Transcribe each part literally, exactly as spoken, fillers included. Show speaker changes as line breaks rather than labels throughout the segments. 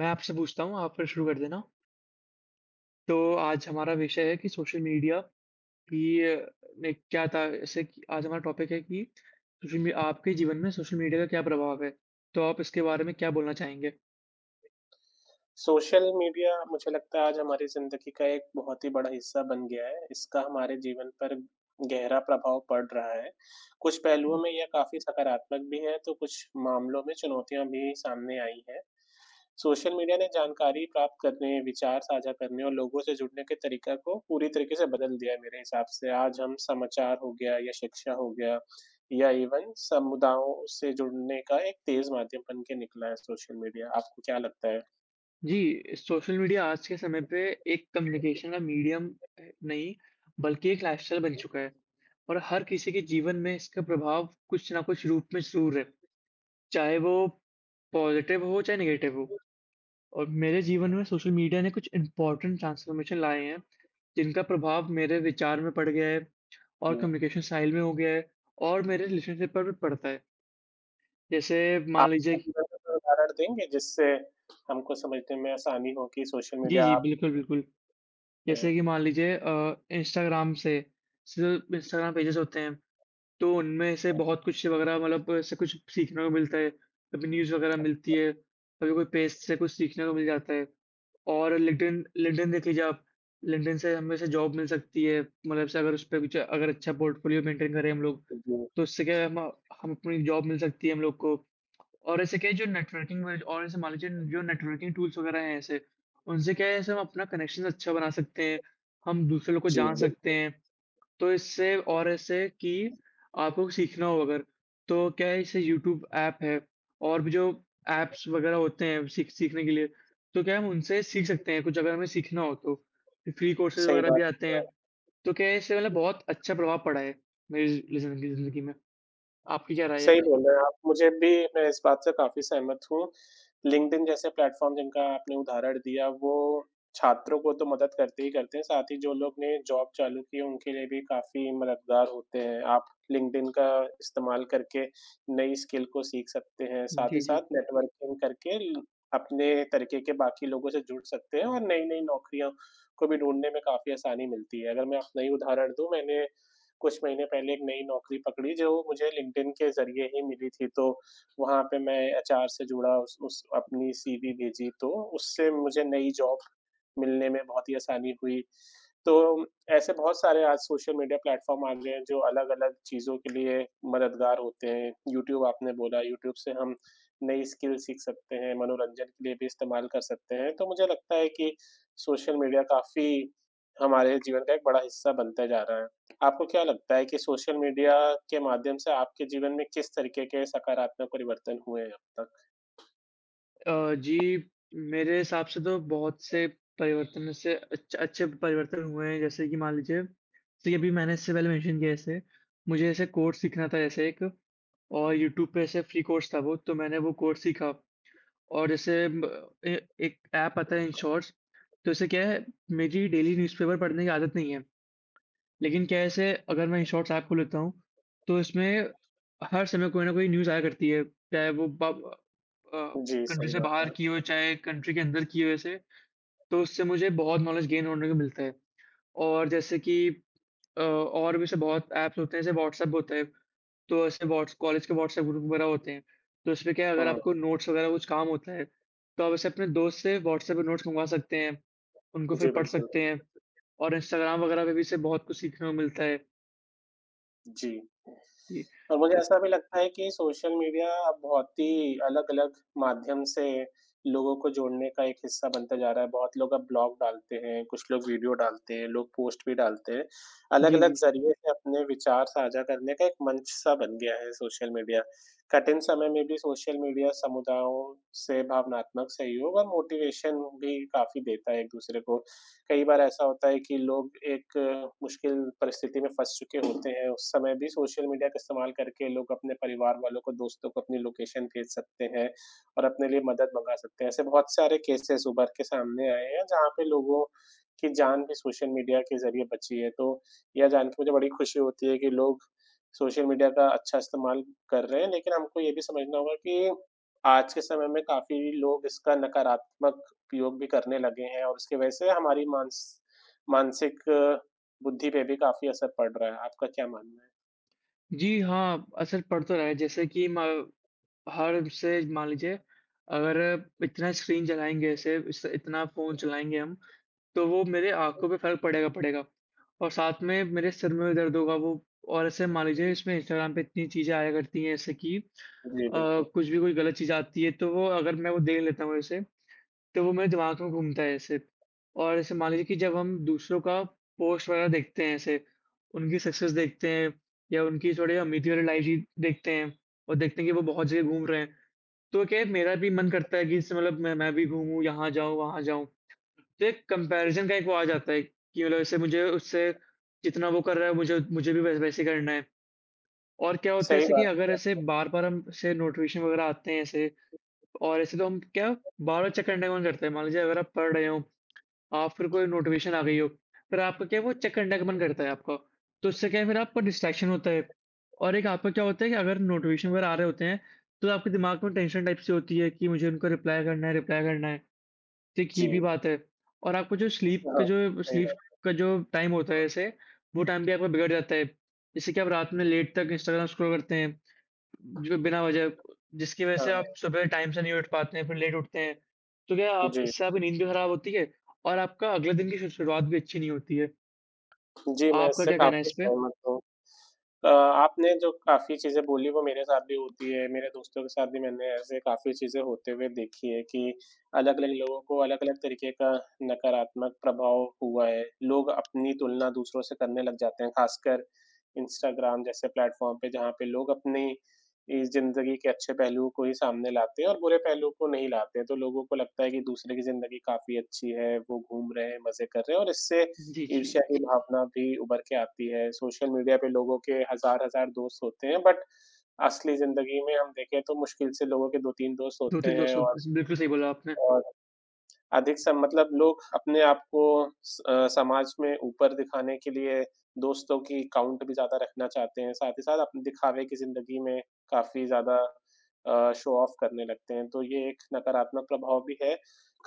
मैं आपसे पूछता हूँ, आप फिर शुरू कर देना। तो आज हमारा विषय है कि सोशल मीडिया की ने क्या था ऐसे कि आज हमारा टॉपिक है कि सोशल मी आपके जीवन में सोशल मीडिया का क्या प्रभाव है? तो आप इसके बारे में क्या बोलना चाहेंगे?
सोशल मीडिया मुझे लगता है आज हमारी ज़िंदगी का एक बहुत ही बड़ा हिस्सा बन गया है। इसका हमारे जीवन पर गहरा प्रभाव पड़ रहा है। कुछ पहलुओं में यह काफ़ी सकारात्मक भी है, तो कुछ मामलों में चुनौतियाँ भी सामने आई हैं। सोशल मीडिया ने जानकारी प्राप्त करने, विचार साझा करने और लोगों से जुड़ने के तरीका को पूरी तरीके से बदल दिया है मेरे हिसाब से। आज हम समाचार हो गया या शिक्षा हो गया या इवन समुदायों से जुड़ने का एक तेज़ माध्यम बन के निकला है सोशल मीडिया। आपको क्या लगता है?
जी, सोशल मीडिया आज के समय पे एक कम्युनिकेशन का मीडियम अ, नहीं, बल्कि एक लाइफ़स्टाइल बन चुका है और हर किसी के जीवन में इसका प्रभाव कुछ ना कुछ रूप में ज़रूर है। चाहे वो पॉज़िटिव हो, चाहे नेगेटिव हो। और मेरे जीवन में सोशल मीडिया ने कुछ इम्पोर्टेंट ट्रांसफॉर्मेशन लाए हैं, जिनका प्रभाव मेरे विचार में पड़ गया है और
हुँ,
कम्युनिकेशन स्टाइल में हो गया है और मेरे रिलेशनशिप पर भी पड़ता है। जैसे
आप
मान लीजिए
कोई भी ऐसा कोई उदाहरण देंगे जिससे हमको समझने में आसानी हो कि सोशल
जी,
मीडिया
जी,
आप
बिल्कुल, बिल्कुल।
अ,
जैसे कि मान लीजिए अ, इंस्टाग्राम से सिर्फ़ इंस्टाग्राम पेजेज़ होते हैं, तो उनमें से बहुत कुछ वग़ैरह मतलब ऐसे कुछ सीखने को मिलता है। कभी न्यूज़ वग़ैरह मिलती है, कभी कोई पेज से कुछ सीखने को मिल जाता है। और लिंक्डइन लिंक्डइन देख लीजिए आप, लिंक्डइन से हमें से जॉब मिल सकती है। मतलब से अगर उस पे कुछ अगर अच्छा पोर्टफ़ोलियो मेंटेन करें हम लोग,
जी,
तो उससे क्या है हम हम अपनी जॉब मिल सकती है हम लोग को। और ऐसे क्या है जो नेटवर्किंग में और ऐसे मान लीजिए जो नेटवर्किंग टूल्स वग़ैरह हैं ऐसे उनसे क्या है जैसे हम अपना कनेक्शन अच्छा बना सकते हैं, हम दूसरे लोग को
जी,
जान सकते
बिल्कुल।
हैं। तो इससे और ऐसे कि आपको सीखना हो अगर, तो क्या है जैसे यूट्यूब ऐप है और भी जो ऐप्स वगैरह होते हैं सीख सीखने के लिए, तो क्या है हम उनसे सीख सकते हैं कुछ अगर हमें सीखना हो तो। फ्री कोर्सेज़
सही
वगैरह
बात
भी आते हैं। तो क्या है इससे मतलब बहुत अच्छा प्रभाव पड़ा है मेरी ज़िंदगी ज़िंदगी में। आपकी क्या राय है?
सही बोल रहे हैं आप। मुझे भी मैं इस बात से काफ़ी सहमत हूँ। लिंक्डइन जैसे प्लेटफ़ॉर्म जिनका आपने उदाहरण दिया, वो छात्रों को तो मदद करते ही करते हैं, साथ ही जो लोग ने जॉब चालू की है, उनके लिए भी काफ़ी मददगार होते हैं। आप लिंक्डइन का इस्तेमाल करके नई स्किल को सीख सकते हैं, साथ ही
जी, जी।
साथ नेटवर्किंग करके ल अपने तरीके के बाकी लोगों से जुड़ सकते हैं और नई-नई नौकरियों को भी ढूँढने में काफ़ी आसानी मिलती है। अगर मैं अपना ही उदाहरण दूँ, मैंने कुछ महीने पहले एक नई नौकरी पकड़ी जो मुझे लिंक्डइन के ज़रिए ही मिली थी, तो वहाँ पे मैं एचआर से जुड़ा उस उस अपनी सीवी भेजी तो उससे मुझे नई जॉब मिलने में बहुत ही आसानी हुई। तो ऐसे बहुत सारे आज सोशल मीडिया प्लेटफ़ॉर्म आ गए हैं जो अलग-अलग चीज़ों के लिए मददगार होते हैं। यूट्यूब आपने बोला, यूट्यूब से हम नई स्किल सीख सकते हैं, मनोरंजन के लिए भी इस्तेमाल कर सकते हैं। तो मुझे लगता है कि सोशल मीडिया काफ़ी हमारे जीवन का एक बड़ा हिस्सा बनता जा रहा है। आपको क्या लगता है कि सोशल मीडिया के माध्यम से आपके जीवन में किस तरीके के सकारात्मक परिवर्तन हुए हैं अब तक?
अ, जी, मेरे हिसाब से तो बहुत से परिवर्तन से अच्छे अच्छे परिवर्तन हुए हैं, जैसे कि मान लीजिए, जैसे कि अभी मैंने इससे पहले मेंशन किया जैसे, मुझे ऐसे कोर्स सीखना था ऐसे एक और यूट्यूब पे ऐसे फ्री कोर्स था वो, तो मैंने वो कोर्स सीखा और जैसे म ए एक ऐप आता है इन शॉर्ट्स, तो इससे क्या है, मेरी डेली न्यूज़पेपर पढ़ने की आदत नहीं है, लेकिन क्या है ऐसे अगर मैं शॉर्ट्स ऐप खोल लेता हूँ, तो इसमें हर समय कोई ना कोई न्यूज़ आया करती है, चाहे वो ब अ,
जी,
कंट्री
सही
से
बात है।
बाहर की हो, चाहे कंट्री के अंदर की हो ऐसे, तो उससे मुझे बहुत नॉलेज गेन होने को मिलता है। और जैसे कि अ, और भी ऐसे बहुत ऐप्स होते हैं, जैसे व्हाट्सएप होता है, तो ऐसे व्हाट्स कॉलेज के व्हाट्सएप ग्रुप वगैरह होते हैं, तो उसमें क्या है अगर आपको
हुँ।
नोट्स वगैरह कुछ काम होता है, तो आप ऐसे अपने दोस्त से व्हाट्सएप पे नोट्स मँगवा सकते हैं, उनको फिर
जी,
पढ़
बिल्कुल।
सकते हैं और इंस्टाग्राम वगैरह पे भी इससे बहुत कुछ सीखने को मिलता है।
जी।
जी।
और मुझे
अ,
ऐसा भी लगता है कि सोशल मीडिया अब बहुत ही अलग-अलग माध्यम से लोगों को जोड़ने का एक हिस्सा बनता जा रहा है। बहुत लोग अब ब्लॉग डालते हैं, कुछ लोग वीडियो डालते हैं, लोग पोस्ट भी डालते हैं।
जी,
अलग-अलग
जी।
ज़रिए से अपने विचार साझा करने का एक मंच सा बन गया है सोशल मीडिया। कठिन समय में भी सोशल मीडिया समुदायों से भावनात्मक सहयोग और मोटिवेशन भी काफ़ी देता है एक-दूसरे को। कई बार ऐसा होता है कि लोग एक मुश्किल परिस्थिति में फँस चुके होते हैं, उस समय भी सोशल मीडिया का इस्तेमाल करके लोग अपने परिवार वालों को, दोस्तों को अपनी लोकेशन भेज सकते हैं और अपने लिए मदद मँगा सकते हैं। ऐसे बहुत सारे केसेज़ उभर के सामने आए हैं, जहाँ पे लोगों की जान भी सोशल मीडिया के ज़रिए बची है। तो यह जान के मुझे बड़ी खुशी होती है कि लोग सोशल मीडिया का अच्छा इस्तेमाल कर रहे हैं, लेकिन हमको ये भी समझना होगा कि आज के समय में काफ़ी लोग इसका नकारात्मक उपयोग भी करने लगे हैं और उसकी वजह से हमारी मानस मानसिक बुद्धि पे भी काफ़ी असर पड़ रहा है। आपका क्या मानना है?
जी, हाँ, असर पड़ तो रहा है जैसे कि म हर से मान लीजिए अगर इतना स्क्रीन चलाएँगे ऐसे इस इतना फ़ोन चलाएँगे हम, तो वो मेरे आँखों पे फ़र्क पड़ेगा पड़ेगा। और साथ में मेरे सिर में भी दर्द होगा वो और ऐसे मान लीजिए इसमें इंस्टाग्राम पे इतनी चीज़ें आया करती हैं जैसे कि अ,
जी, बिल्कुल।
कुछ भी कोई गलत चीज़ आती है तो वो अगर मैं वो देख लेता हूँ ऐसे तो वो मेरे दिमाग में घूमता है ऐसे। और ऐसे मान लीजिए कि जब हम दूसरों का पोस्ट वगैरह देखते हैं ऐसे, उनकी सक्सेस देखते हैं या उनकी थोड़ी अमीरी वाली लाइफ़ जी देखते हैं और देखते हैं कि वो बहुत जगह घूम रहे हैं, तो क्या है मेरा भी मन करता है कि इससे मतलब मैं मैं भी घूमूँ, यहाँ जाऊँ, वहाँ जाऊँ। तो एक कंपैरिज़न का एक वो आ जाता है कि मतलब ऐसे मुझे उससे जितना वो कर रहा है मुझे मुझे भी वै वैसे करना है। और क्या होता है
सही
ऐसे कि
बात
अगर
है।
ऐसे बार-बार हम ऐसे नोटिफ़िकेशन वगैरह आते हैं ऐसे और ऐसे तो हम क्या बार-बार चेक करने का मन करता है। मान लीजिए अगर आप पढ़ रहे हो आप फिर कोई नोटिफ़िकेशन आ गई हो, फिर आपका क्या है वो चेक करने का मन करता है आपका, तो उससे क्या है फिर आपका डिस्ट्रैक्शन होता है। और एक आपका क्या होता है कि अगर नोटिफ़िकेशन वगैरह आ रहे होते हैं, तो आपके दिमाग में टेंशन टाइप से होती है कि मुझे उनको रिप्लाई करना है रिप्लाई करना है, तो एक ये
जी,
भी बात है। और आपको जो स्लीप
हाँ,
का जो
सही
स्लीप
बात।
का जो टाइम होता है जैसे, वो टाइम भी आपका बिगड़ जाता है। इससे कि आप रात में लेट तक इंस्टाग्राम स्क्रॉल करते हैं, जो बिना वजह जिसकी वजह
हाँ,
से आप
हाँ।
सुबह टाइम से नहीं उठ पाते हैं, फिर लेट उठते हैं। तो क्या आप
जी,
इससे आपकी नींद भी खराब होती है और आपका अगले दिन की शु शुरुआत भी अच्छी नहीं होती है।
जी, मैं
आपका
इससे
क्या कहना है
काफ़ी
इस पे?
सहमत हूँ। अ, आपने जो काफ़ी चीज़ें बोली वो मेरे साथ भी होती है, मेरे दोस्तों के साथ भी मैंने ऐसे काफ़ी चीज़ें होते हुए देखी है कि अलग-अलग लोगों को अलग-अलग तरीके का नकारात्मक प्रभाव हुआ है। लोग अपनी तुलना दूसरों से करने लग जाते हैं, ख़ासकर इंस्टाग्राम जैसे प्लेटफ़ॉर्म पे जहाँ पे लोग अपनी इस ज़िंदगी के अच्छे पहलुओं को ही सामने लाते हैं और बुरे पहलुओं को नहीं लाते। तो लोगों को लगता है कि दूसरे की ज़िंदगी काफ़ी अच्छी है, वो घूम रहे हैं, मज़े कर रहे हैं और इससे
जी, जी।
ईर्ष्या की भावना भी उभर के आती है। सोशल मीडिया पे लोगों के हज़ार-हज़ार दोस्त होते हैं बट असली ज़िंदगी में हम देखें तो मुश्किल से लोगों के दो तीन दोस्त होते
दो तीन
हैं
दोस्तों
और
बिल्कुल सही बोला आपने।
और अधिक सम मतलब लोग अपने आप को स अ, समाज में ऊपर दिखाने के लिए दोस्तों की काउंट भी ज़्यादा रखना चाहते हैं, साथ ही साथ अपने दिखावे की ज़िंदगी में काफ़ी ज़्यादा अ, शो ऑफ करने लगते हैं, तो ये एक नकारात्मक प्रभाव भी है।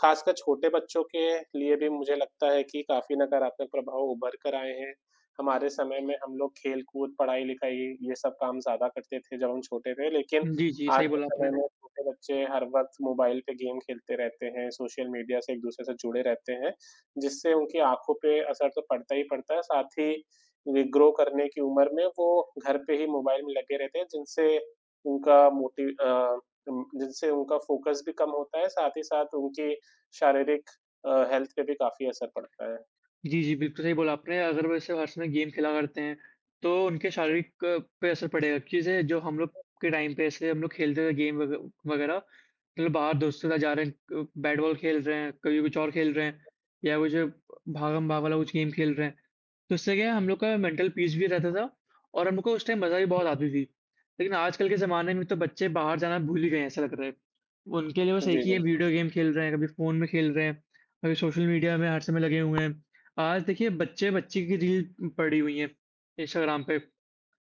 ख़ासकर छोटे बच्चों के लिए भी मुझे लगता है कि काफ़ी नकारात्मक प्रभाव उभर कर आए हैं। हमारे समय में हम लोग खेल-कूद, पढ़ाई-लिखाई ये सब काम ज़्यादा करते थे जब हम छोटे थे, लेकिन
जी, जी,
आज
सही
के
बोला आपने।
समय में छोटे बच्चे हर वक़्त मोबाइल पे गेम खेलते रहते हैं, सोशल मीडिया से एक-दूसरे से जुड़े रहते हैं, जिससे उनकी आँखों पे असर तो पड़ता ही पड़ता है, साथ ही वे ग्रो करने की उम्र में वो घर पे ही मोबाइल में लगे रहते हैं, जिनसे उनका मोटि अ, उम, जिनसे उनका फ़ोकस भी कम होता है, साथ ही साथ उनकी शारीरिक अ, हेल्थ पे भी काफ़ी असर पड़ता है।
जी, जी, बिल्कुल सही बोला आपने। अगर वैसे हर समय गेम खेला करते हैं, तो उनके शारीरिक अ, पे असर पड़ेगा। जैसे जो हम लोग के टाइम पे ऐसे हम लोग खेलते थे गेम वग वगैरह, मतलब बाहर दोस्तों के साथ जा रहे हैं, क बैट बॉल खेल रहे हैं, कभी कुछ और खेल रहे हैं या कुछ भागम भाग वाला कुछ गेम खेल रहे हैं। तो इससे क्या है हम लोग का मेंटल पीस भी रहता था और हमको उस टाइम मज़ा भी बहुत आती थी। लेकिन आजकल के ज़माने में तो बच्चे बाहर जाना भूल ही गए हैं ऐसा लग रहा है। उनके लिए बस एक
जी,
ही है
बिल्कुल।
वीडियो गेम खेल रहे हैं, कभी फ़ोन में खेल रहे हैं, कभी सोशल मीडिया में हर समय लगे हुए हैं। आज देखिए बच्चे बच्चे की रील पड़ी हुई है इंस्टाग्राम पे,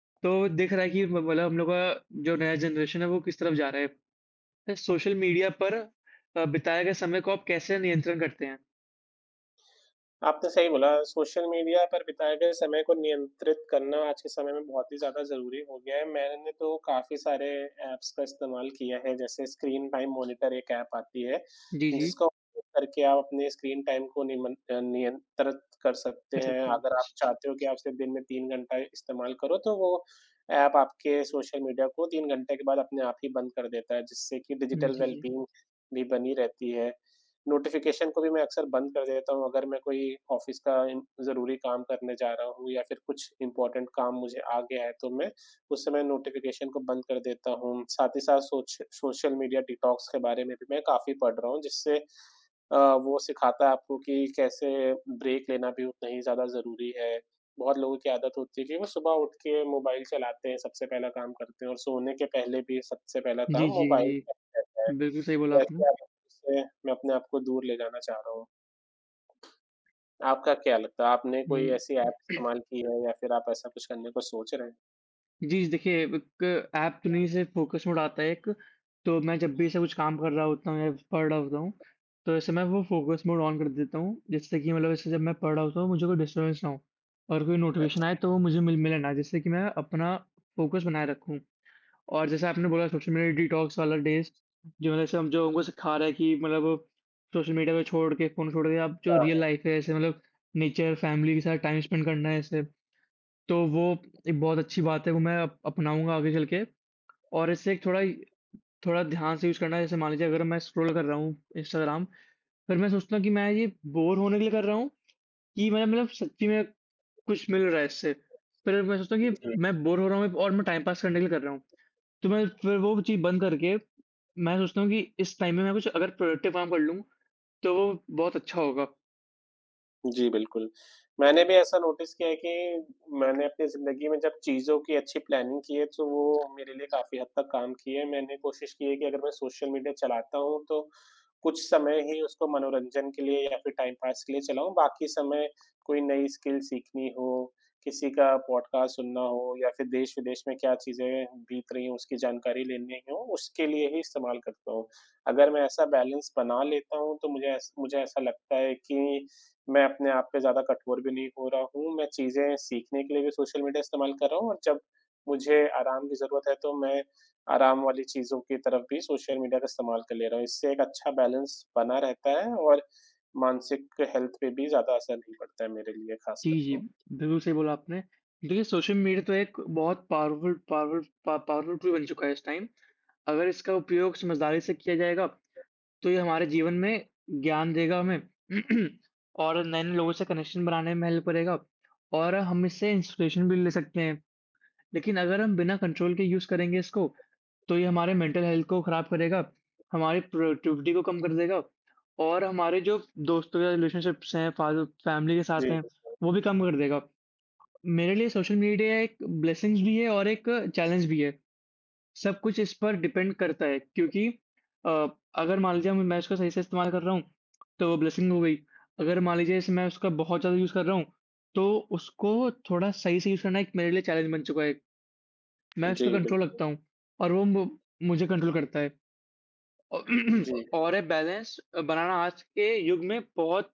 तो दिख रहा है कि म मतलब हम लोग का जो नया जनरेशन है वो किस तरफ जा रहा है। तो सोशल मीडिया पर अ, बिताए गए समय को आप कैसे नियंत्रण करते हैं?
आपने सही बोला, सोशल मीडिया पर बिताए गए समय को नियंत्रित करना आज के समय में बहुत ही ज़्यादा ज़रूरी हो गया है। मैंने तो काफ़ी सारे ऐप्स का इस्तेमाल किया है, जैसे स्क्रीन टाइम मॉनिटर एक ऐप आती है,
जी, जी,
जिसका उपयोग करके आप अपने स्क्रीन टाइम को निमन अ, नियंत्रित कर सकते
कर
हैं।
सकते हैं।
अगर आप चाहते हो कि आप सिर्फ़ दिन में तीन घंटा इस्तेमाल करो, तो वो ऐप आपके सोशल मीडिया को तीन घंटे के बाद अपने आप ही बंद कर देता है, जिससे कि
हुँ,
डिजिटल
जी, जी।
वेल-बीइंग भी बनी रहती है। नोटिफ़िकेशन को भी मैं अक्सर बंद कर देता हूँ अगर मैं कोई ऑफ़िस का इन ज़रूरी काम करने जा रहा हूँ या फिर कुछ इम्पोर्टेंट काम मुझे आ गया है, तो मैं उस समय नोटिफ़िकेशन को बंद कर देता हूँ। साथ ही साथ सोच सोशल मीडिया डिटॉक्स के बारे में भी मैं काफ़ी पढ़ रहा हूँ जिससे अ, वो सिखाता है आपको कि कैसे ब्रेक लेना भी उतना ही ज़्यादा ज़रूरी है। बहुत लोगों की आदत होती है कि वो सुबह उठ के मोबाइल चलाते हैं, सबसे पहला काम करते हैं और सोने के पहले भी सबसे पहला काम
जी, जी,
मोबाइल का
जी।
रहता है।
बिल्कुल सही बोला आपने।
वैसे आप उससे मैं अपने आप को दूर ले जाना चाह रहा हूँ। आपका क्या लगता है? आपने कोई
हुँ,
ऐसी ऐप इस्तेमाल की है या फिर आप ऐसा कुछ करने को सोच रहे हैं?
जी, देखिए एक ऐप में से फ़ोकस मोड आता है एक, तो मैं जब भी ऐसा कुछ काम कर रहा होता हूँ या पढ़ रहा होता हूँ, तो ऐसे मैं वो फ़ोकस मोड ऑन कर देता हूँ, जिससे कि मतलब ऐसे जब मैं पढ़ रहा होता हूँ, मुझे कोई डिस्टर्बेंस ना हो और कोई नोटिफ़िकेशन
अच्छा,
आए, तो वो मुझे मिल मिले ना, जिससे कि मैं अपना फ़ोकस बनाए रखूँ। और जैसे आपने बोला सोशल मीडिया डिटॉक्स वाला डेज़, जो मतलब ऐसे हम जो हमको सिखा रहा है कि मतलब सोशल मीडिया को छोड़ के, फ़ोन छोड़ के आप जो रियल लाइफ़ है, ऐसे मतलब नेचर, फैमिली के साथ टाइम स्पेंड करना है ऐसे। तो वो एक बहुत अच्छी बात है, वो मैं अप अपनाऊँगा आगे चल के और इससे एक थोड़ा थोड़ा ध्यान से यूज़ करना है। जैसे मान लीजिए अगर मैं स्क्रॉल कर रहा हूँ इंस्टाग्राम, फिर मैं सोचता हूँ कि मैं ये बोर होने के लिए कर रहा हूँ कि मैं मतलब सच्ची में कुछ मिल रहा है इससे। फिर मैं सोचता हूँ कि
जी।
मैं बोर हो रहा हूँ और मैं टाइम पास करने के लिए कर रहा हूँ। तो मैं फिर वो चीज़ बंद करके मैं सोचता हूँ कि इस टाइम में मैं कुछ अगर प्रोडक्टिव काम कर लूँ, तो वो बहुत अच्छा होगा।
जी, बिल्कुल। मैंने भी ऐसा नोटिस किया है कि मैंने अपनी ज़िंदगी में जब चीज़ों की अच्छी प्लानिंग की है, तो वो मेरे लिए काफ़ी हद तक काम की है। मैंने कोशिश की है कि अगर मैं सोशल मीडिया चलाता हूँ, तो कुछ समय ही उसको मनोरंजन के लिए या फिर टाइम पास के लिए चलाऊँ, बाकी समय कोई नई स्किल सीखनी हो, किसी का पॉडकास्ट सुनना हो या फिर देश-विदेश में क्या चीज़ें बीत रही हैं, उसकी जानकारी लेनी हो, उसके लिए ही इस्तेमाल करता हूँ। अगर मैं ऐसा बैलेंस बना लेता हूँ, तो मुझे ऐस मुझे ऐसा लगता है कि मैं अपने आप पे ज़्यादा कठोर भी नहीं हो रहा हूँ, मैं चीज़ें सीखने के लिए भी सोशल मीडिया इस्तेमाल कर रहा हूँ और जब मुझे आराम की ज़रूरत है, तो मैं आराम वाली चीज़ों की तरफ भी सोशल मीडिया का इस्तेमाल कर ले रहा हूँ। इससे एक अच्छा बैलेंस बना रहता है और मानसिक हेल्थ पे भी ज़्यादा असर नहीं पड़ता है मेरे लिए
जी,
ख़ासकर
जी।
तो।
बिल्कुल सही बोला आपने। देखिए सोशल मीडिया तो एक बहुत पावरफुल पावर पा पावरफुल टूल बन चुका है इस टाइम। अगर इसका उपयोग समझदारी से किया जाएगा तो ये हमारे जीवन में ज्ञान देगा हमें और नए-नए लोगों से कनेक्शन बनाने में हेल्प करेगा और हम इससे इंस्पिरेशन भी ले सकते हैं। लेकिन अगर हम बिना कंट्रोल के यूज़ करेंगे इसको तो ये हमारे मेंटल हेल्थ को ख़राब करेगा, हमारी प्रोडक्टिविटी को कम कर देगा और हमारे जो दोस्तों या रिलेशनशिप्स हैं, फादर फैमिली के साथ
जी,
हैं, वो भी कम कर देगा। मेरे लिए सोशल मीडिया एक ब्लेसिंग्स भी है और एक चैलेंज भी है। सब कुछ इस पर डिपेंड करता है क्योंकि अ, अगर मान लीजिए मैं इसका सही से इस्तेमाल कर रहा हूँ, तो वो ब्लेसिंग हो गई। अगर मान लीजिए इस मैं उसका बहुत ज़्यादा यूज़ कर रहा हूँ, तो उसको थोड़ा सही से यूज़ करना एक मेरे लिए चैलेंज बन चुका है। मैं उसका
जी,
कंट्रोल
बिल्कुल।
रखता हूँ और वो मु मुझे कंट्रोल करता है। औ
जी।
और ये बैलेंस बनाना आज के युग में बहुत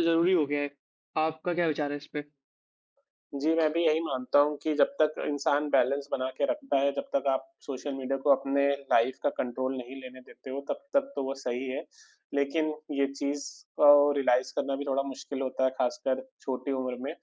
ज़रूरी हो गया है। आपका क्या विचार है इस पे?
जी, मैं भी यही मानता हूँ कि जब तक इंसान बैलेंस बना के रखता है, जब तक आप सोशल मीडिया को अपने लाइफ़ का कंट्रोल नहीं लेने देते हो, तब तक तो वो सही है। लेकिन ये चीज़ को रियलाइज़ करना भी थोड़ा मुश्किल होता है, ख़ासकर छोटी उम्र में।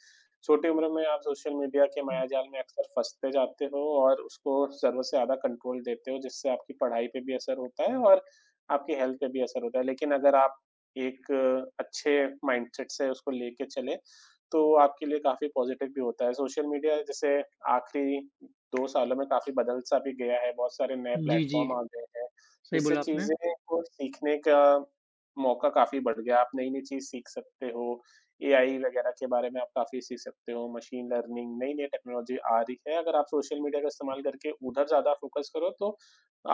छोटी उम्र में आप सोशल मीडिया के मायाजाल में अक्सर फँसते जाते हो और उसको ज़रूरत से ज़्यादा कंट्रोल देते हो, जिससे आपकी पढ़ाई पे भी असर होता है और आपकी हेल्थ पे भी असर होता है। लेकिन अगर आप एक अच्छे माइंडसेट से उसको लेके चले तो आपके लिए काफ़ी पॉज़िटिव भी होता है। सोशल मीडिया जैसे आखिरी दो सालों में काफ़ी बदल-सा भी गया है, बहुत सारे नए
जी, जी।
प्लेटफ़ॉर्म आ गए हैं,
सही
जिससे
बोला आपने।
चीज़ें को सीखने का मौका काफ़ी बढ़ गया। आप नई-नई चीज़ सीख सकते हो, एआई वग़ैरह के बारे में आप काफ़ी सीख सकते हो, मशीन लर्निंग, नई-नई टेक्नोलॉजी आ रही है। अगर आप सोशल मीडिया का इस्तेमाल करके उधर ज़्यादा फ़ोकस करो तो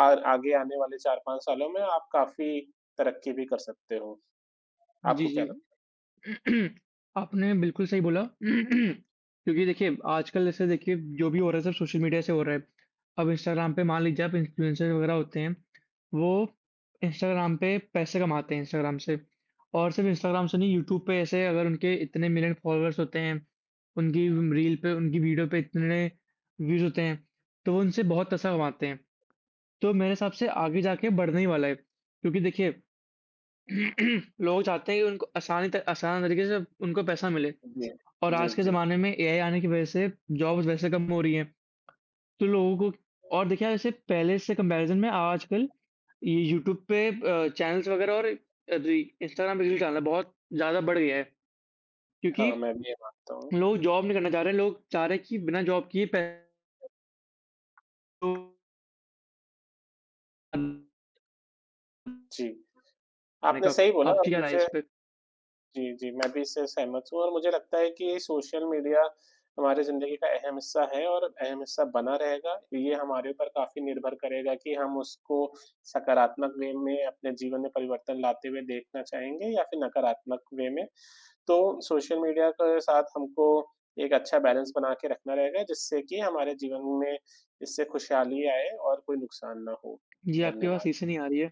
आ आगे आने वाले चार पाँच सालों में आप काफ़ी तरक्की भी कर सकते हो।
जी,
आपको क्या लगता
जी। आपने बिल्कुल सही बोला क्योंकि देखिए आजकल जैसे देखिए जो भी हो रहा है सब सोशल मीडिया से हो रहा है। अब इंस्टाग्राम पे मान लीजिए आप इन्फ्लुएंसर वगैरह होते हैं, वो इंस्टाग्राम पे पैसे कमाते हैं इंस्टाग्राम से। और सिर्फ़ इंस्टाग्राम से नहीं यूट्यूब पे ऐसे अगर उनके इतने मिलियन फॉलोअर्स होते हैं, उनकी रील पे उनकी वीडियो पे इतने व्यूज़ होते हैं, तो वो उनसे बहुत पैसा कमाते हैं। तो मेरे हिसाब से आगे जाके बढ़ने ही वाला है। क्योंकि देखिए लोग चाहते हैं कि उनको आसानी त आसान तरीके से उनको पैसा मिले
है? जी।
और
जी,
आज के
जी।
ज़माने में ए आई आने की वजह से जॉब्स वैसे कम हो रही हैं। तो लोगों को और देखिए जैसे पहले से कंपैरिज़न में आजकल ये यूट्यूब पे अ, चैनल्स वगैरह और री इंस्टाग्राम पे रील डालना बहुत ज़्यादा बढ़ गया है।
हाँ,
क्योंकि
मैं भी ये मानता हूँ।
लोग जॉब नहीं करना चाह रहे हैं, लोग चाह रहे हैं कि बिना जॉब किए पैसे कमाने
जी, आपने
का
सही बोला
आपकी
और
क्या राय है इस
मुझे
पे?
जी, जी, मैं भी इससे सहमत हूँ और मुझे लगता है कि सोशल मीडिया हमारी ज़िंदगी का अहम हिस्सा है और अहम हिस्सा बना रहेगा। ये हमारे ऊपर काफ़ी निर्भर करेगा कि हम उसको सकारात्मक वे में अपने जीवन में परिवर्तन लाते हुए देखना चाहेंगे या फिर नकारात्मक वे में। तो सोशल मीडिया के साथ हमको एक अच्छा बैलेंस बना के रखना रहेगा जिससे कि हमारे जीवन में इससे खुशहाली आए और कोई नुकसान ना हो।
जी, आपकी आवाज़ सही
धन्यवाद।
से नहीं आ रही है।